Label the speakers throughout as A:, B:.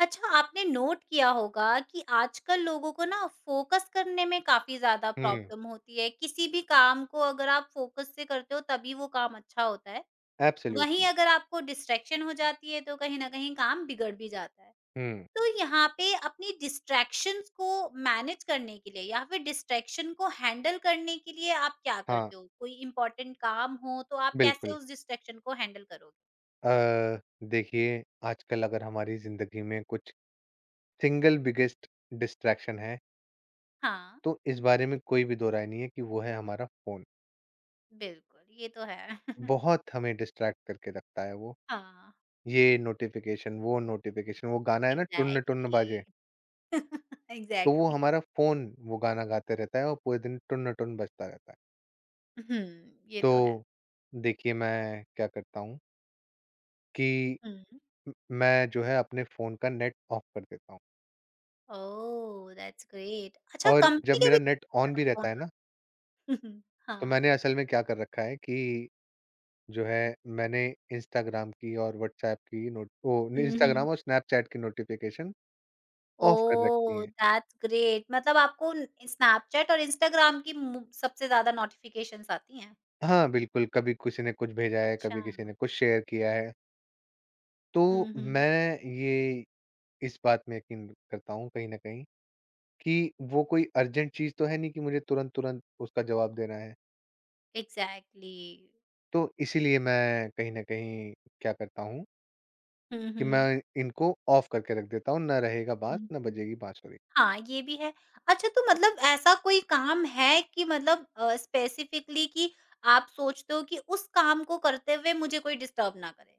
A: अच्छा, आपने नोट किया होगा कि आजकल लोगों को ना फ़ोकस करने में काफ़ी ज़्यादा
B: हुँ,
A: प्रॉब्लम होती है। किसी भी काम को अगर आप फ़ोकस से करते हो तभी वो काम अच्छा होता है। वहीं
B: एब्सोल्युटली।
A: अगर आपको डिस्ट्रैक्शन हो जाती है तो कहीं न कहीं काम बिगड़ भी जाता है।
B: हुँ,
A: तो यहाँ पे अपनी डिस्ट्रैक्शंस को मैनेज करने के लिए या फिर डिस्ट्रैक्शन को हैंडल करने के लिए आप क्या
B: हाँ,
A: करते हो? कोई इम्पोर्टेंट काम हो तो आप कैसे
B: बिल्कुल।
A: उस डिस्ट्रैक्शन को हैंडल करोगे?
B: अ, देखिए आजकल अगर हमारी ज़िंदगी में कुछ सिंगल बिगेस्ट डिस्ट्रैक्शन है,
A: हाँ,
B: तो इस बारे में कोई भी दो राय नहीं है कि वो है हमारा फ़ोन।
A: बिल्कुल ये तो है।
B: बहुत हमें डिस्ट्रैक्ट करके रखता है वो।
A: हाँ।
B: ये नोटिफ़िकेशन, वो गाना है ना टुन्न टुन्न
A: एग्ज़ैक्टली।
B: बाजे, तो वो
A: एग्ज़ैक्टली।
B: हमारा फ़ोन वो गाना गाते रहता है और पूरे दिन टुन्न टुन्न बजता रहता है।
A: हुँ, ये तो है।
B: तो देखिए मैं क्या करता हूँ कि
A: हुँ।
B: म मैं जो है अपने फ़ोन का नेट ऑफ कर देता हूँ।
A: ओह! That's great. अच्छा
B: और जब
A: कंपनी के
B: मेरा
A: भी।
B: नेट ऑन भी रहता है ना, तो
A: हाँ।
B: मैंने असल में क्या कर रखा है कि जो है मैंने इंस्टाग्राम की और व्हाट्सऐप की नोट ओ,
A: हुँ, हुँ।
B: इंस्टाग्राम और स्नैपचैट की नोटिफ़िकेशन ऑफ कर रखी
A: ओह!
B: हैं।
A: दैट्स ग्रेट, मतलब आपको न स्नैपचैट और इंस्टाग्राम की मु सबसे ज़्यादा नोटिफ़िकेशंस आती हैं?
B: हाँ, बिल्कुल, कभी किसी ने कुछ भेजा है,
A: अच्छा।
B: कभी किसी ने कुछ शेयर किया है। तो
A: हुँ, हुँ।
B: मैं ये इस बात में यकीन करता हूँ कहीं न कहीं कि वो कोई अर्जेंट चीज़ तो है नहीं कि मुझे तुरंत-तुरंत उसका जवाब देना है।
A: एग्ज़ैक्टली।
B: तो इसीलिए मैं कहीं न कहीं क्या करता हूँ
A: हुँ,
B: कि
A: हुँ।
B: मैं इनको ऑफ करके रख देता हूँ, ना रहेगा
A: हुँ,
B: बाँस, ना
A: हुँ।
B: बजेगी बाँसुरी।
A: हाँ, ये भी है। अच्छा, तो मतलब ऐसा कोई काम है कि मतलब स्पेसिफिकली कि आप सोचते हो कि उस काम को करते हुए मुझे कोई डिस्टर्ब ना करे?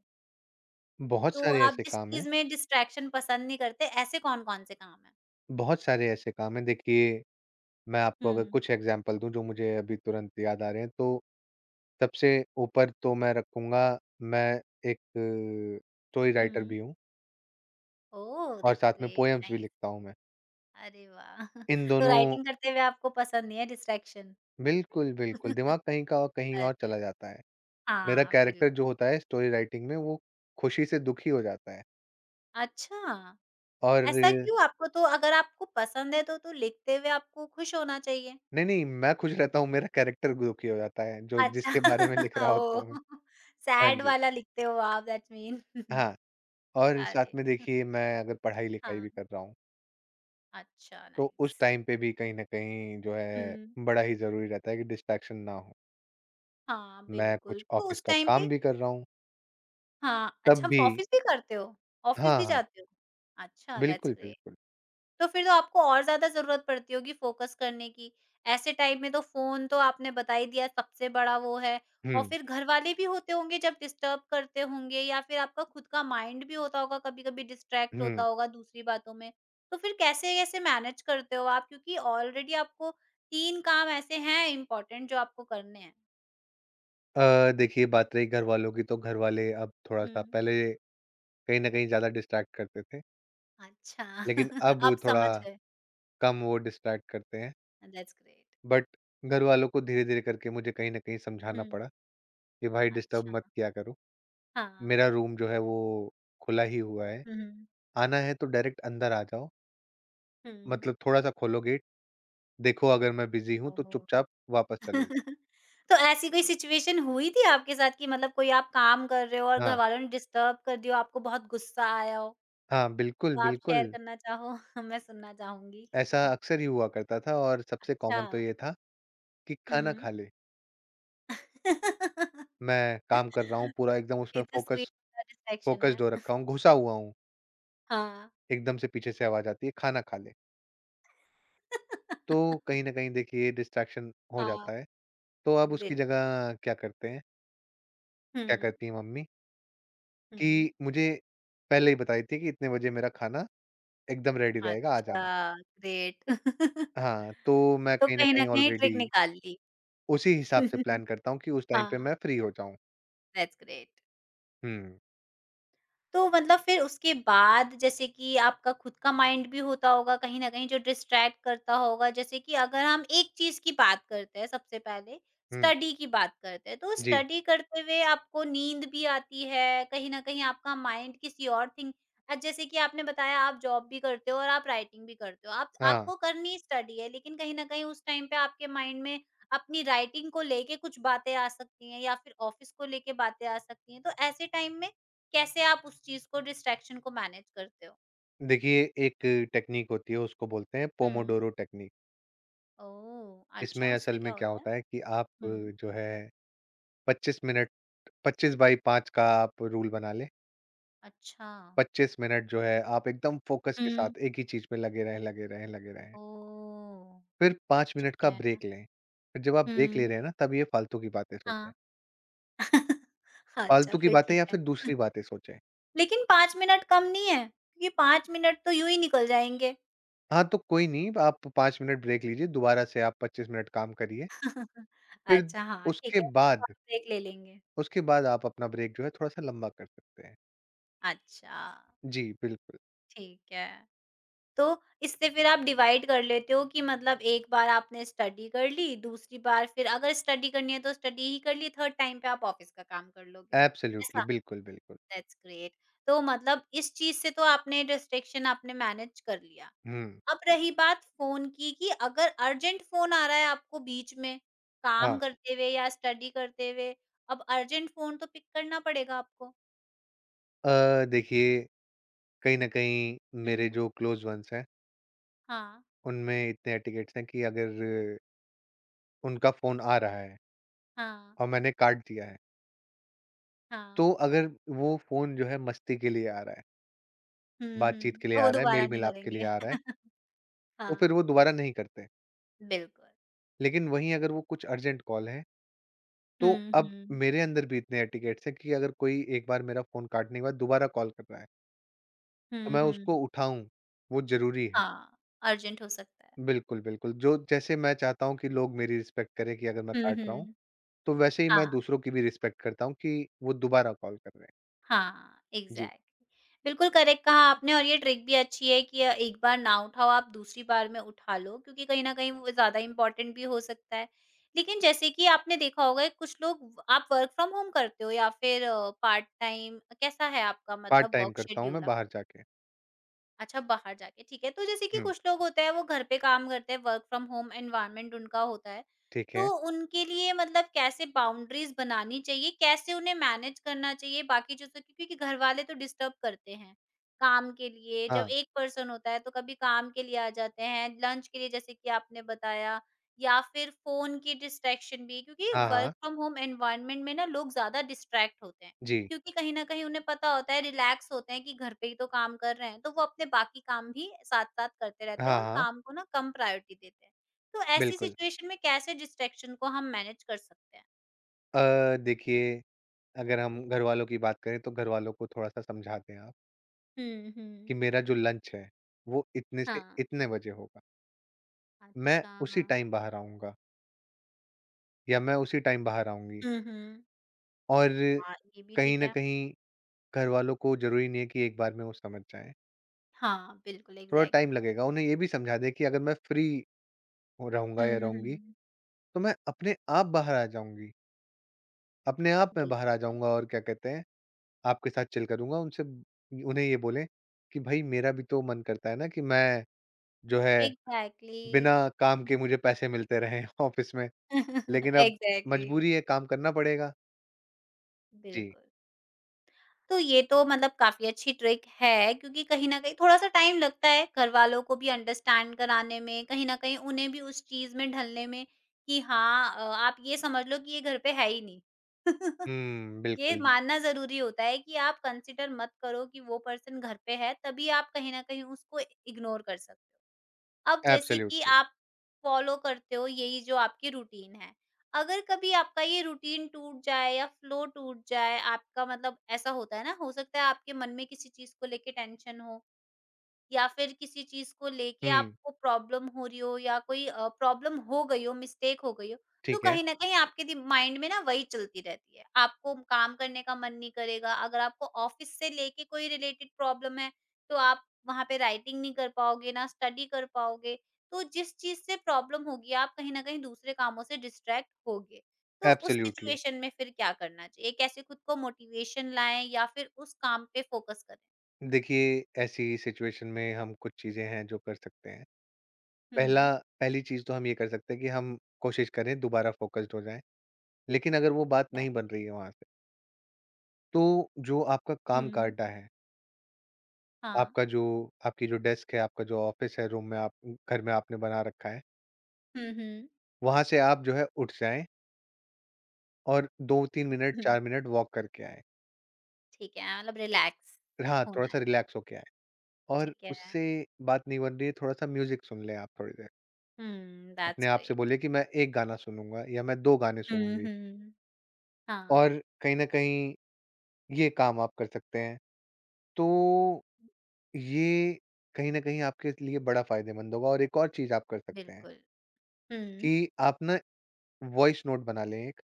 B: बहुत
A: तो
B: सारे
A: आप
B: ऐसे
A: जिस
B: काम हैं
A: चीज़ में डिस्ट्रैक्शन पसंद नहीं करते, ऐसे कौन-कौन से काम हैं?
B: बहुत सारे ऐसे काम हैं, देखिए मैं आपको अगर
A: हुँ,
B: कुछ एग्ज़ाम्पल दूँ, जो मुझे अभी तुरंत याद आ रहे हैं, तो सबसे ऊपर तो मैं रखूँगा, मैं एक स्टोरी राइटर
A: हुँ।
B: भी हूँ
A: ओह!
B: और
A: दैट्स
B: साथ में
A: ग्रेट,
B: पोएम्स भी
A: नाइस।
B: लिखता हूँ मैं।
A: अरे वाह!
B: इन
A: तो
B: दोनों
A: राइटिंग करते हुए आपको पसंद नहीं है डिस्ट्रैक्शन?
B: बिल्कुल, बिल्कुल, दिमाग कहीं का और कहीं और
A: अरे!
B: चला जाता है। मेरा
A: हाँ,
B: कैरेक्टर जो
A: बिल्कुल।
B: होता है स्टोरी राइटिंग में, वो खुशी से दुखी हो जाता है
A: अच्छा,
B: और
A: ऐसा क्यों? आपको तो अगर आपको पसंद है तो लिखते हुए आपको खुश होना चाहिए।
B: नहीं, नहीं, मैं खुश रहता हूँ, मेरा कैरेक्टर दुखी हो जाता है, जो
A: अच्छा।
B: जिसके बारे में लिख रहा होता
A: ओह!
B: हूँ मैं। हाँ
A: सैड
B: जी,
A: वाला लिखते हो आप, दैट मीन।
B: हाँ, और साथ
A: अरे!
B: में देखिए मैं अगर पढ़ाई-लिखाई
A: हाँ,
B: भी कर रहा हूँ,
A: अच्छा,
B: तो उस
A: नाइस।
B: टाइम पे भी कहीं न कहीं जो
A: हुँ,
B: है, बड़ा ही ज़रूरी रहता है कि डिस्ट्रैक्शन ना हो।
A: हाँ,
B: मैं
A: बिल्कुल।
B: कुछ
A: तो
B: ऑफ़िस
A: उस
B: का
A: टाइम पे
B: काम भी कर रहा हूँ,
A: हाँ,
B: तब
A: अच्छा, आप
B: भी
A: ऑफ़िस भी करते हो? ऑफ़िस
B: हाँ,
A: भी
B: हाँ,
A: जाते हो? अच्छा, दैट्स
B: बिल्कुल,
A: ग्रेट।
B: बिल्कुल।
A: तो फिर तो आपको और ज़्यादा ज़रूरत पड़ती होगी फ़ोकस करने की। ऐसे टाइम में तो फ़ोन तो आपने बता ही दिया सबसे बड़ा वो है, और
B: हुँ,
A: फिर घरवाले भी होते होंगे जब डिस्टर्ब करते होंगे, या फिर आपका खुद का माइंड भी होता होगा कभी-कभी, डिस्ट्रैक्ट
B: हुँ।
A: होता होगा दूसरी बातों में। तो फिर कैसे-कैसे मैनेज करते हो आप? क्योंकि ऑलरेडी आपको 3 काम ऐसे हैं इम्पोर्टेंट जो आपको करने हैं।
B: देखिए बात रही घरवालों की, तो घरवाले अब
A: हुँ,
B: थोड़ा-सा पहले कहीं न कहीं ज़्यादा डिस्ट्रैक्ट करते थे,
A: अच्छा।
B: लेकिन अब
A: आप
B: थोड़ा
A: समझ गए।
B: कम वो डिस्ट्रैक्ट करते हैं।
A: That's great.
B: बट घरवालों को धीरे-धीरे करके मुझे कहीं न कहीं
A: हुँ,
B: समझाना पड़ा कि भाई डिस्टर्ब
A: अच्छा।
B: मत किया करो।
A: हाँ।
B: मेरा रूम जो है वो खुला ही हुआ है।
A: हुँ,
B: आना है तो डायरेक्ट अंदर आ जाओ।
A: हुँ।
B: मतलब थोड़ा-सा खोलो गेट, देखो अगर मैं बिज़ी हूँ तो चुपचाप
A: ओह!
B: वापस चले जाओ।
A: तो ऐसी कोई सिचुएशन हुई थी आपके साथ कि मतलब कोई आप काम कर रहे हो और
B: हाँ,
A: घरवालों ने डिस्टर्ब कर दिया हो, आपको बहुत गुस्सा आया हो?
B: हाँ, बिल्कुल,
A: तो आप शेयर
B: बिल्कुल।
A: करना चाहो? मैं सुनना चाहूँगी।
B: ऐसा अक्सर ही हुआ करता था और सबसे
A: अच्छा।
B: कॉमन तो ये था कि खाना
A: हुँ।
B: खा ले। मैं काम कर रहा हूँ पूरा एकदम उसमें
A: ये तो स्वीट सैटिस्फैक्शन
B: फ़ोकस्ड
A: है।
B: हो रखा हूँ, घुसा हुआ हूँ।
A: हाँ।
B: एकदम से पीछे से आवाज़ आती है, खाना खा ले। तो कहीं न कहीं देखिए ये डिस्ट्रैक्शन हो
A: हाँ,
B: जाता है। तो आप उसकी
A: बिल्कुल।
B: जगह
A: हुँ,
B: क्या करती हैं मम्मी
A: हुँ।
B: कि मुझे पहले ही बताई थी कि इतने बजे मेरा खाना एकदम रेडी रहेगा, आ
A: अच्छा,
B: जाना।
A: ग्रेट।
B: हाँ, तो मैं
A: तो
B: कहीं न
A: कहीं
B: कहीं
A: न कहीं
B: ऑलरेडी
A: ट्रिक निकाल ली।
B: उसी हिसाब से प्लान करता हूँ कि उस टाइम पे
A: हाँ,
B: मैं फ्री हो जाऊँ।
A: That's great.
B: हुँ,
A: तो मतलब फिर उसके बाद, जैसे कि आपका खुद का माइंड भी होता होगा कहीं न कहीं जो डिस्ट्रैक्ट करता होगा। जैसे कि अगर हम एक चीज़ की बात करते हैं सबसे पहले,
B: हुँ,
A: स्टडी की बात करते हैं। तो
B: जी,
A: स्टडी करते हुए आपको नींद भी आती है, कहीं न कहीं आपका माइंड किसी और थिंक जैसे कि आपने बताया आप जॉब भी करते हो और आप राइटिंग भी करते हो। आप
B: हाँ।
A: आपको करनी स्टडी है लेकिन कहीं न कहीं उस टाइम पे आपके माइंड में अपनी राइटिंग को लेके कुछ बातें आ सकती हैं या फिर ऑफ़िस को लेके बातें आ सकती हैं। तो ऐसे टाइम में कैसे आप उस चीज़ को डिस्ट्रैक्शन को मैनेज करते हो?
B: देखिए एक टेक्नीक होती है उसको बोलते हैं
A: हुँ।
B: Pomodoro technique.
A: ओह! अच्छा,
B: इसमें असल
A: उसमें
B: में
A: क्या
B: क्या
A: होता है?
B: होता है कि आप
A: हुँ,
B: जो है 25 मिनट 25 बाई 5 का आप रूल बना लें।
A: अच्छा।
B: 25 मिनट जो है आप एकदम फ़ोकस के
A: हुँ।
B: साथ एक ही चीज़ पे लगे रहें, लगे रहें, लगे रहें।
A: ओह!
B: फिर 5 मिनट
A: ठीक
B: का
A: है।
B: ब्रेक लें। फिर जब आप ब्रेक ले
A: हुँ,
B: रहे हैं ना, तब ये फ़ालतू की बातें सोचें।
A: हाँ। अच्छा,
B: फ़ालतू की
A: फिर
B: बातें
A: ठीक
B: या
A: है।
B: फिर दूसरी बातें सोचें।
A: लेकिन 5 मिनट कम नहीं है, क्योंकि 5 मिनट तो यूँ ही निकल जाएँगे।
B: हाँ, तो कोई नहीं, आप 5 मिनट ब्रेक लीजिए, दोबारा से आप 25 मिनट काम करिए। फिर
A: अच्छा हाँ, ठीक
B: उसके
A: है, फिर
B: बाद
A: थोड़ा ब्रेक ले लेंगे।
B: उसके बाद आप अपना ब्रेक जो है थोड़ा-सा लंबा कर सकते हैं।
A: अच्छा,
B: जी, बिल्कुल।
A: ठीक है। तो इससे फिर आप डिवाइड कर लेते हो कि मतलब एक बार आपने स्टडी कर ली, दूसरी बार फिर अगर स्टडी करनी है तो स्टडी ही कर ली, थर्ड टाइम पे आप ऑफ़िस का काम कर लोगे।
B: एब्सोल्यूटली,
A: ऐसा?
B: बिल्कुल, बिल्कुल।
A: That's great. तो मतलब इस चीज़ से तो आपने मैनेज कर लिया।
B: हुँ,
A: अब रही बात फ़ोन की कि अगर अर्जेंट फ़ोन आ रहा है आपको बीच में, काम
B: हाँ।
A: करते हुए या स्टडी करते हुए, अब अर्जेंट फ़ोन तो पिक करना पड़ेगा आपको।
B: देखिए, कहीं न कहीं मेरे
A: हुँ,
B: जो क्लोज़ वन्स हैं,
A: हाँ,
B: उनमें इतने एटिकेट्स हैं कि अगर उनका फ़ोन आ रहा है
A: हाँ,
B: और मैंने काट दिया है
A: हाँ।
B: तो अगर वो फ़ोन जो है मस्ती के लिए आ रहा है,
A: हुँ, हुँ।
B: बातचीत के लिए
A: तो
B: आ
A: वो
B: रहा है,
A: दोबारा नहीं
B: मेल-मिलाप के
A: करेंगे।
B: लिए आ रहा है, तो फिर
A: हाँ।
B: वो दोबारा नहीं करते।
A: बिल्कुल।
B: लेकिन वहीं अगर वो कुछ अर्जेंट कॉल है, तो
A: हुँ,
B: अब
A: हुँ।
B: मेरे अंदर भी इतने एटिकेट्स हैं कि अगर कोई एक बार मेरा फ़ोन काटने के बाद दोबारा कॉल कर रहा है, तो
A: हुँ,
B: मैं उसको
A: हुँ।
B: उठाऊँ, वो ज़रूरी है।
A: हाँ, अर्जेंट हो सकता है।
B: बिल्कुल, बिल्कुल, जो जैसे मैं चाहता हूँ कि लोग मेरी रिस्पेक्ट करें कि अगर मैं
A: हुँ,
B: काट रहा हूँ,
A: हुँ।
B: तो वैसे ही मैं
A: हाँ,
B: दूसरों की भी रिस्पेक्ट करता हूँ कि वो दोबारा कॉल कर रहे हैं।
A: हाँ,
B: जी,
A: एग्ज़ैक्टली। बिल्कुल करेक्ट कहा आपने, और ये ट्रिक भी अच्छी है कि एक बार ना उठाओ आप, दूसरी बार में उठा लो, क्योंकि कहीं न कहीं वो ज़्यादा इम्पोर्टेंट भी हो सकता है। लेकिन जैसे कि आपने देखा होगा कुछ लोग आप वर्क फ्रॉम होम करते हो या फिर पार्ट टाइम, कैसा है आपका
B: पार्ट
A: मतलब
B: टाइम
A: वर्क
B: करता हूँ मैं
A: शेड्यूल?
B: बाहर जाके।
A: अच्छा, बाहर जाके, ठीक है। तो जैसे कि
B: हुँ,
A: कुछ लोग होते हैं वो घर पे काम करते हैं, वर्क फ्रॉम होम एनवायरनमेंट उनका होता है।
B: ठीक
A: तो
B: है।
A: उनके लिए मतलब कैसे बाउंड्रीज़ बनानी चाहिए? कैसे उन्हें मैनेज करना चाहिए बाकी चीज़ों की? क्योंकि घर वाले तो डिस्टर्ब करते हैं, काम के लिए जब
B: हाँ,
A: एक पर्सन होता है तो कभी काम के लिए आ जाते हैं, लंच के लिए जैसे कि आपने बताया, या फिर फ़ोन की डिस्ट्रैक्शन भी, क्योंकि
B: हाँ,
A: वर्क
B: हाँ।
A: फ्रॉम होम एनवायरनमेंट में ना लोग ज़्यादा डिस्ट्रैक्ट होते हैं।
B: जी।
A: क्योंकि कहीं न कहीं उन्हें पता होता है, रिलैक्स होते हैं कि घर पे ही तो काम कर रहे हैं, तो वो अपने बाकी काम भी साथ-साथ करते
B: हाँ,
A: रहते हैं और
B: हाँ,
A: काम को ना कम प्रायोरिटी देते हैं। तो ऐसी
B: बिल्कुल।
A: सिचुएशन में कैसे डिस्ट्रैक्शन को हम मैनेज कर सकते हैं?
B: देखिए अगर हम घरवालों की बात करें तो घरवालों को थोड़ा-सा समझा दें आप
A: हुँ,
B: कि
A: हुँ।
B: मेरा जो लंच है, वो इतने से
A: हाँ।
B: इतने बजे होगा। मैं
A: अच्छा,
B: उसी
A: हाँ।
B: टाइम बाहर आऊँगा या मैं उसी टाइम बाहर आऊँगी
A: हुँ, हुँ।
B: और
A: हाँ, ये भी
B: कहीं
A: ठीक
B: न
A: है।
B: कहीं घरवालों को ज़रूरी नहीं है कि एक बार में वो समझ जाएँ,
A: हाँ, बिल्कुल
B: थोड़ा
A: एग्ज़ैक्टली।
B: टाइम लगेगा। उन्हें ये भी समझा दें कि अगर मैं फ्री हो रहूँगा
A: हुँ,
B: या रहूँगी,
A: हुँ।
B: तो मैं अपने आप बाहर आ जाऊँगी, अपने आप मैं बाहर आ
A: बिल्कुल।
B: जाऊँगा और क्या कहते हैं आपके साथ चिल करूँगा, उन्हें ये बोलें कि भाई मेरा भी तो मन करता है ना कि मैं जो है
A: एग्ज़ैक्टली।
B: बिना काम के मुझे पैसे मिलते रहें ऑफ़िस में, लेकिन अब
A: एग्ज़ैक्टली।
B: मजबूरी है काम करना पड़ेगा। जी।
A: बिल्कुल। तो ये तो मतलब काफ़ी अच्छी ट्रिक है, क्योंकि कहीं न कहीं थोड़ा-सा टाइम लगता है घरवालों को भी अंडरस्टैंड कराने में, कहीं न कहीं उन्हें भी उस चीज़ में ढलने में कि हाँ आप ये समझ लो कि ये घर पे है ही नहीं।
B: हुँ,
A: ये
B: बिल्कुल,
A: मानना ज़रूरी होता है कि आप कंसिडर मत करो कि वो पर्सन घर पे है, तभी आप कहीं न कहीं उसको इग्नोर कर सकते हो। अब जैसे कि
B: एब्सोल्यूटली।
A: आप फ़ॉलो करते हो यही जो आपकी रूटीन है, अगर कभी आपका ये रूटीन टूट जाए या फ़्लो टूट जाए, आपका मतलब ऐसा होता है ना, हो सकता है आपके मन में किसी चीज़ को लेके टेंशन हो या फिर किसी चीज को लेके
B: हुँ,
A: आपको प्रॉब्लम हो रही हो या कोई प्रॉब्लम हो गई हो, मिस्टेक हो गई हो, तो
B: ठीक है,
A: कहीं ना कहीं आपके माइंड में ना वही चलती रहती है, आपको काम करने का मन नहीं करेगा। अगर आपको ऑफिस से लेके कोई रिलेटेड प्रॉब्लम है तो आप वहां पे राइटिंग नहीं कर पाओगे ना स्टडी कर पाओगे। तो जिस चीज से प्रॉब्लम होगी आप कहीं ना कहीं दूसरे कामों से डिस्ट्रैक्ट होगे। तो उस
B: एब्सोल्यूटली।
A: सिचुएशन में फिर क्या करना चाहिए, कैसे खुद को मोटिवेशन लाएं या फिर उस काम पे फोकस करें?
B: देखिए, ऐसी सिचुएशन में हम कुछ चीज़ें हैं जो कर सकते हैं। पहला
A: हम्म,
B: पहली चीज़ तो हम ये कर सकते हैं कि हम कोशिश करें दोबारा फ़ोकस्ड हो जाएँ, लेकिन अगर वो बात नहीं बन रही है वहाँ से, तो जो आपका
A: लाएं,
B: काम-काटा है
A: हाँ।
B: आपका जो आपकी जो डेस्क है, आपका जो ऑफ़िस है, रूम में आप घर में आपने बना रखा है,
A: हुँ, हुँ।
B: वहाँ से आप जो है उठ जाएँ और 2-3 मिनट,
A: हुँ।
B: 4 मिनट वॉक करके आएँ।
A: ठीक है, मतलब रिलैक्स
B: हाँ,
A: होना
B: थोड़ा-सा
A: है,
B: रिलैक्स होके आएँ और
A: ठीक है।
B: उससे बात नहीं बन रही है, थोड़ा-सा म्यूज़िक सुन लें आप थोड़ी देर।
A: हुँ,
B: अपने
A: दैट्स
B: आप से
A: ग्रेट।
B: बोलिए कि मैं 1 गाना सुनूँगा या मैं 2 गाने
A: हुँ,
B: सुनूँगी
A: हुँ। हाँ,
B: और कहीं न कहीं ये काम आप कर सकते हैं। तो ये कहीं न कहीं आपके लिए बड़ा फ़ायदेमंद होगा और एक और चीज़ आप कर सकते हैं
A: बिल्कुल। हुँ,
B: कि आप ना वॉइस नोट बना लें एक।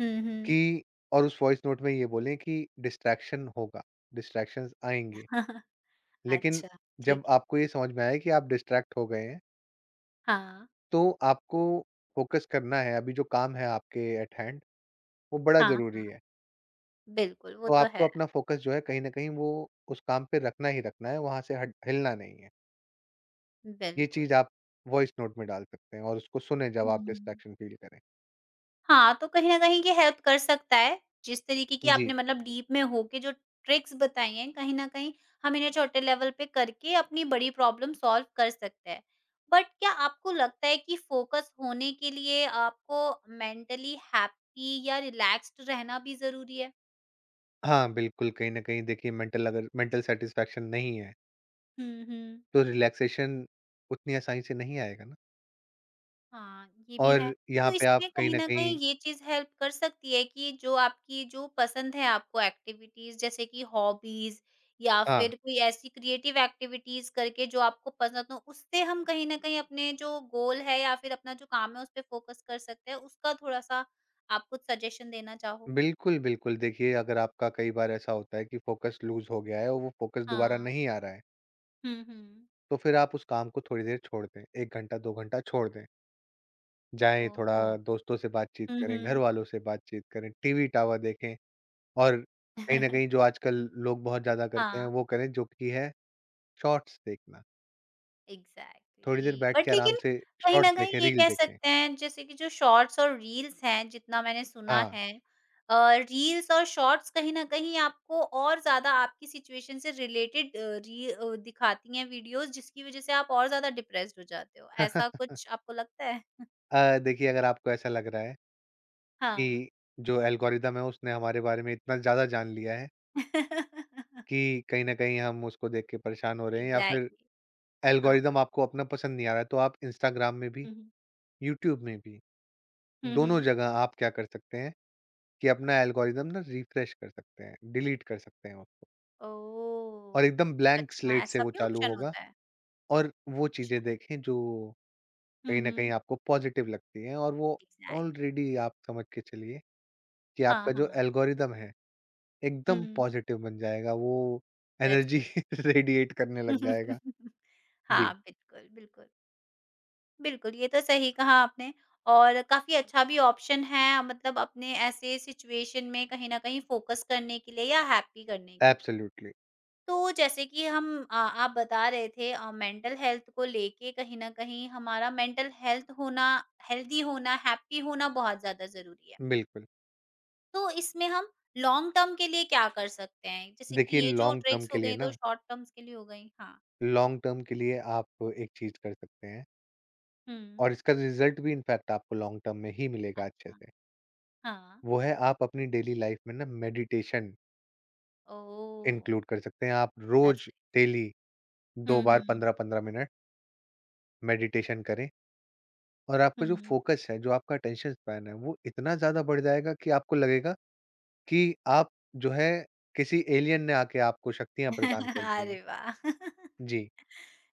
A: हुँ, हुँ।
B: कि और उस वॉइस नोट में ये बोलें कि डिस्ट्रैक्शन होगा, डिस्ट्रैक्शंस आएँगे। लेकिन
A: अच्छा,
B: जब
A: ठीक है।
B: आपको ये समझ में आए कि आप डिस्ट्रैक्ट हो गए हैं,
A: हाँ,
B: तो आपको फ़ोकस करना है, अभी जो काम है आपके एट हैंड, वो बड़ा
A: हाँ,
B: ज़रूरी है।
A: बिल्कुल, वो
B: तो
A: तो है,
B: आपको अपना फ़ोकस जो है कहीं न कहीं वो उस काम पे रखना ही रखना है, वहाँ से हट हिलना नहीं है। ये
A: बिल्कुल।
B: चीज़ आप वॉइस नोट में डाल सकते हैं और उसको सुनें जब आप
A: हुँ।
B: डिस्ट्रैक्शन फ़ील करें।
A: हाँ, तो कहीं न कहीं ये हेल्प कर सकता है। जिस तरीके की
B: जी।
A: आपने मतलब डीप में होके जो ट्रिक्स बताई हैं, कहीं न कहीं हम इन्हें छोटे लेवल पे करके अपनी बड़ी प्रॉब्लम सॉल्व कर सकते हैं। बट क्या आपको लगता है कि फ़ोकस होने के लिए आपको मेंटली हैप्पी या रिलैक्स्ड रहना भी ज़रूरी है?
B: हाँ, बिल्कुल, कहीं न कहीं देखिए मेंटल अगर मेंटल सैटिस्फैक्शन नहीं है
A: हुँ, हुँ।
B: तो रिलैक्सेशन उतनी आसानी से नहीं आएगा ना।
A: हाँ, ये भी है।
B: और यहाँ
A: तो
B: पे आप
A: इसमें
B: कहीं
A: कहीं
B: न
A: न कहीं
B: कहीं
A: ये चीज़ हेल्प कर सकती है कि जो पसंद है आपको एक्टिविटीज़, जैसे कि हॉबीज़ या
B: हाँ,
A: फिर कोई ऐसी क्रिएटिव एक्टिविटीज़ करके जो आपको पसंद हो, उससे हम कहीं न कहीं अपने जो गोल है या फिर अपना जो काम है उस पे फ़ोकस कर सकते हैं, उसका थोड़ा-सा आप कुछ सजेशन देना चाहो?
B: बिल्कुल, बिल्कुल। देखिए, अगर आपका कई बार ऐसा होता है कि फ़ोकस लूज़ हो गया है और वो फ़ोकस दोबारा
A: हाँ।
B: नहीं आ रहा है,
A: हुँ, हुँ।
B: तो फिर आप उस काम को थोड़ी देर छोड़ दें। 1 घंटा, 2 घंटा छोड़ दें। जाएँ,
A: ओह!
B: थोड़ा दोस्तों से बातचीत
A: हुँ,
B: करें,
A: हुँ।
B: घरवालों से बातचीत करें, टीवी टावर देखें और कहीं न कहीं जो आजकल लोग बहुत ज़्यादा करते हैं,
A: हाँ।
B: वो करें, जो कि है शॉर्ट्स देखना। थोड़ी देर
A: एग्ज़ैक्टली।
B: बैठ के
A: बट
B: आराम
A: लेकिन
B: से
A: कहीं
B: शॉर्ट्स
A: न कहीं
B: देखें,
A: ये
B: रील
A: कह
B: देखें।
A: सकते हैं, जैसे कि जो शॉर्ट्स और रील्स हैं, जितना मैंने सुना
B: हाँ।
A: है, अ, रील्स और शॉर्ट्स कहीं न कहीं आपको और ज़्यादा आपकी सिचुएशन से रिलेटेड दिखाती हैं वीडियोज़, जिसकी वज़ह से आप और ज़्यादा डिप्रेस्ड हो जाते हो। ऐसा कुछ आपको लगता है?
B: देखिए अगर आपको ऐसा लग रहा है कि
A: हाँ।
B: जो एल्गोरिदम है उसने हमारे बारे में इतना ज़्यादा जान लिया है कि कहीं न कहीं हम उसको देख के परेशान हो रहे हैं या फिर
A: एग्ज़ैक्टली। हाँ।
B: एल्गोरिदम आपको अपना पसंद नहीं आ रहा है, तो आप इंस्टाग्राम में भी,
A: हुँ, हुँ।
B: यूट्यूब में भी,
A: हुँ,
B: दोनों
A: हुँ।
B: जगह आप क्या कर सकते हैं कि अपना एल्गोरिदम ना रिफ्रेश कर सकते हैं, डिलीट कर सकते हैं उसको और
A: ओह!
B: एकदम ब्लैंक
A: अच्छा,
B: स्लेट से
A: ऐसा
B: वो
A: भी
B: चालू
A: ऑप्शन
B: होगा
A: होता है?
B: और वो चीज़ें
A: अच्छा।
B: देखें जो कहीं
A: हुँ,
B: न कहीं
A: हुँ।
B: आपको पॉज़िटिव लगती हैं और वो
A: एग्ज़ैक्ट।
B: ऑलरेडी आप समझ के चलिए कि
A: हाँ,
B: आपका जो
A: हाँ।
B: एल्गोरिदम है
A: हुँ।
B: एकदम पॉजिटिव बन जाएगा, वो
A: दैट्स
B: एनर्जी
A: ग्रेट।
B: रेडिएट करने लग जाएगा। जी,
A: हाँ, बिल्कुल, बिल्कुल। बिल्कुल, ये तो सही कहा आपने, और काफ़ी अच्छा भी ऑप्शन है, मतलब अपने ऐसे सिचुएशन में कहीं न कहीं फ़ोकस करने के लिए या हैप्पी करने के लिए।
B: एब्सोल्युटली,
A: तो जैसे कि हम आप बता रहे थे मेंटल हेल्थ को लेके, कहीं न कहीं हमारा मेंटल हेल्थ होना, हेल्दी होना, हैप्पी होना बहुत ज़्यादा ज़रूरी है।
B: बिल्कुल।
A: तो इसमें हम लॉन्ग टर्म के लिए क्या कर सकते हैं? जैसे कि
B: देखिए
A: ये जो ट्रिक्स हो गई तो शॉर्ट टर्म्स के लिए हो गई। हाँ।
B: लॉन्ग टर्म के लिए आप एक चीज़ कर सकते हैं
A: हुँ,
B: और इसका रिज़ल्ट भी इनफैक्ट आपको लॉन्ग टर्म में ही मिलेगा अच्छे
A: अच्छा।
B: से।
A: हाँ,
B: वो है आप अपनी डेली लाइफ़ में ना मेडिटेशन
A: ओह!
B: इंक्लूड कर सकते हैं। आप
A: दैट्स
B: रोज़
A: ग्रेट।
B: डेली 2
A: हुँ,
B: बार
A: हुँ,
B: 15-15 मिनट मेडिटेशन करें और आपका जो
A: हुँ।
B: फ़ोकस है, जो आपका अटेंशन स्पैन है, वो इतना ज़्यादा बढ़ जाएगा कि आपको लगेगा कि आप जो है किसी एलियन ने आके आपको शक्तियाँ प्रदान कर दी हैं।
A: अरे वाह!
B: जी,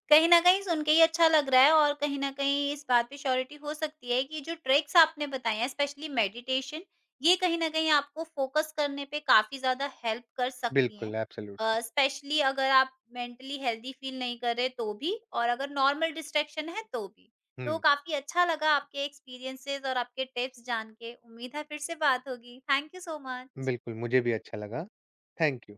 A: कहीं न कहीं सुन के ही अच्छा लग रहा है, और कहीं न कहीं इस बात पे श्योरिटी हो सकती है कि जो ट्रिक्स आपने बताई हैं, स्पेशली मेडिटेशन, ये कहीं न कहीं आपको फोकस करने पे काफ़ी ज़्यादा हेल्प कर सकती हैं।
B: बिल्कुल एब्सोल्युटली।
A: स्पेशली अगर आप मेंटली हेल्दी फील नहीं कर रहे तो भी, और अगर नॉर्मल डिस्ट्रैक्शन है तो भी। तो
B: हुँ,
A: काफ़ी अच्छा लगा आपके एक्सपीरियंसेस और आपके टिप्स जान के। उम्मीद है फिर से बात होगी। Thank you so much.
B: बिल्कुल मुझे भी अच्छा लगा। Thank you.